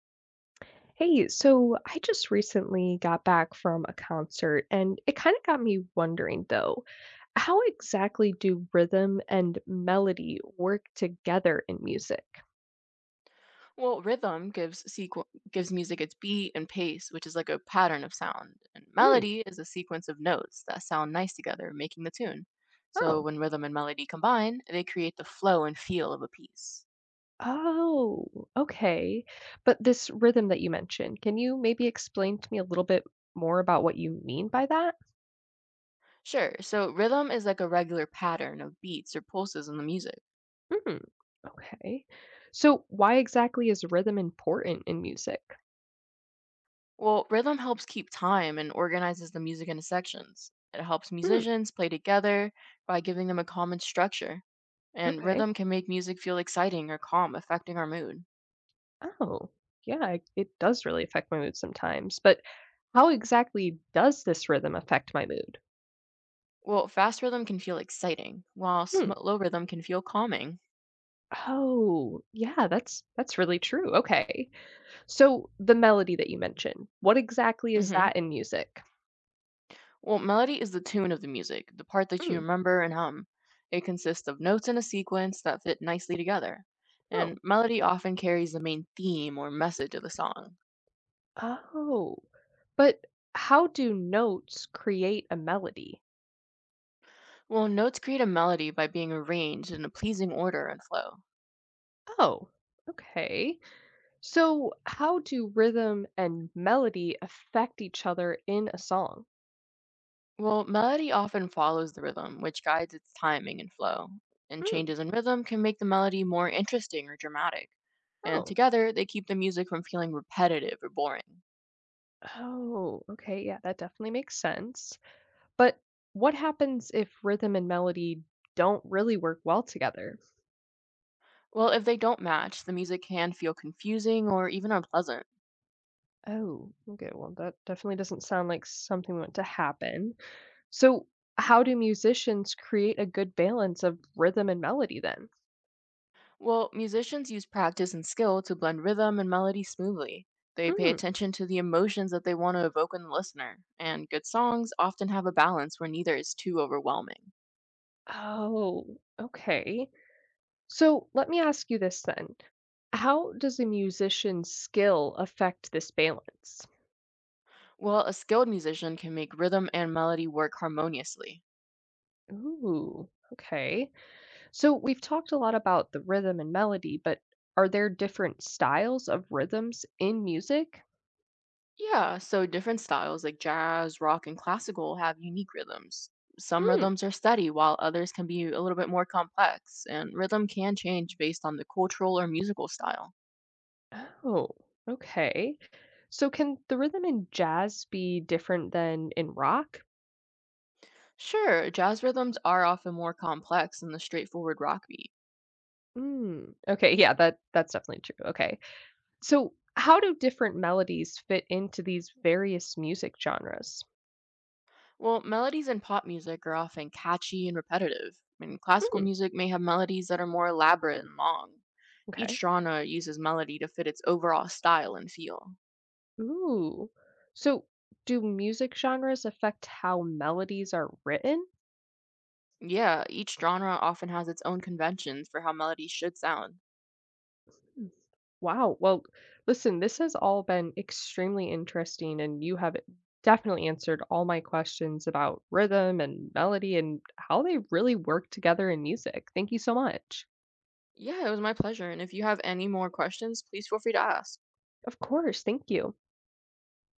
Hey, so I just recently got back from a concert and it kind of got me wondering though, how exactly do rhythm and melody work together in music? Well, rhythm gives music its beat and pace, which is like a pattern of sound. And Mm, melody is a sequence of notes that sound nice together, making the tune. So oh, when rhythm and melody combine, they create the flow and feel of a piece. oh, okay. But this rhythm that you mentioned, can you maybe explain to me a little bit more about what you mean by that? Sure, so rhythm is like a regular pattern of beats or pulses in the music. Mm, okay. So why exactly is rhythm important in music? Well, rhythm helps keep time and organizes the music into sections. It helps Mm, musicians play together by giving them a common structure. And okay. rhythm can make music feel exciting or calm, affecting our mood. Oh, yeah, it does really affect my mood sometimes. But how exactly does this rhythm affect my mood? Well, fast rhythm can feel exciting, while Hmm. slow rhythm can feel calming. Oh, yeah, that's really true. Okay. So the melody that you mentioned, what exactly is hmm that in music? Well, melody is the tune of the music, the part that you Mm, remember and hum. It consists of notes in a sequence that fit nicely together. oh. And melody often carries the main theme or message of the song. Oh. But how do notes create a melody? Well, notes create a melody by being arranged in a pleasing order and flow. Oh, okay. So how do rhythm and melody affect each other in a song? Well, melody often follows the rhythm, which guides its timing and flow. And Hmm. changes in rhythm can make the melody more interesting or dramatic. And Oh. together, they keep the music from feeling repetitive or boring. Oh, okay. Yeah, that definitely makes sense. But what happens if rhythm and melody don't really work well together? Well, if they don't match, the music can feel confusing or even unpleasant. Oh, okay. Well, that definitely doesn't sound like something we want to happen. So, how do musicians create a good balance of rhythm and melody then? Well, musicians use practice and skill to blend rhythm and melody smoothly. They pay Hmm. attention to the emotions that they want to evoke in the listener, and good songs often have a balance where neither is too overwhelming. Oh, okay. So, let me ask you this then. How does a musician's skill affect this balance? Well, a skilled musician can make rhythm and melody work harmoniously. Ooh, okay. So we've talked a lot about the rhythm and melody, but are there different styles of rhythms in music? Yeah, so different styles like jazz, rock, and classical have unique rhythms. Some Hmm. rhythms are steady, while others can be a little bit more complex, and rhythm can change based on the cultural or musical style. Oh, okay. So can the rhythm in jazz be different than in rock? Sure, jazz rhythms are often more complex than the straightforward rock beat. Hmm. Okay, yeah, that's definitely true. Okay. So how do different melodies fit into these various music genres? Well, melodies in pop music are often catchy and repetitive, and classical Hmm. music may have melodies that are more elaborate and long. Okay. Each genre uses melody to fit its overall style and feel. Ooh. So do music genres affect how melodies are written? Yeah, each genre often has its own conventions for how melodies should sound. Wow. Well, listen, this has all been extremely interesting, and you have definitely answered all my questions about rhythm and melody and how they really work together in music. Thank you so much. Yeah, it was my pleasure, and if you have any more questions, please feel free to ask. Of course. Thank you.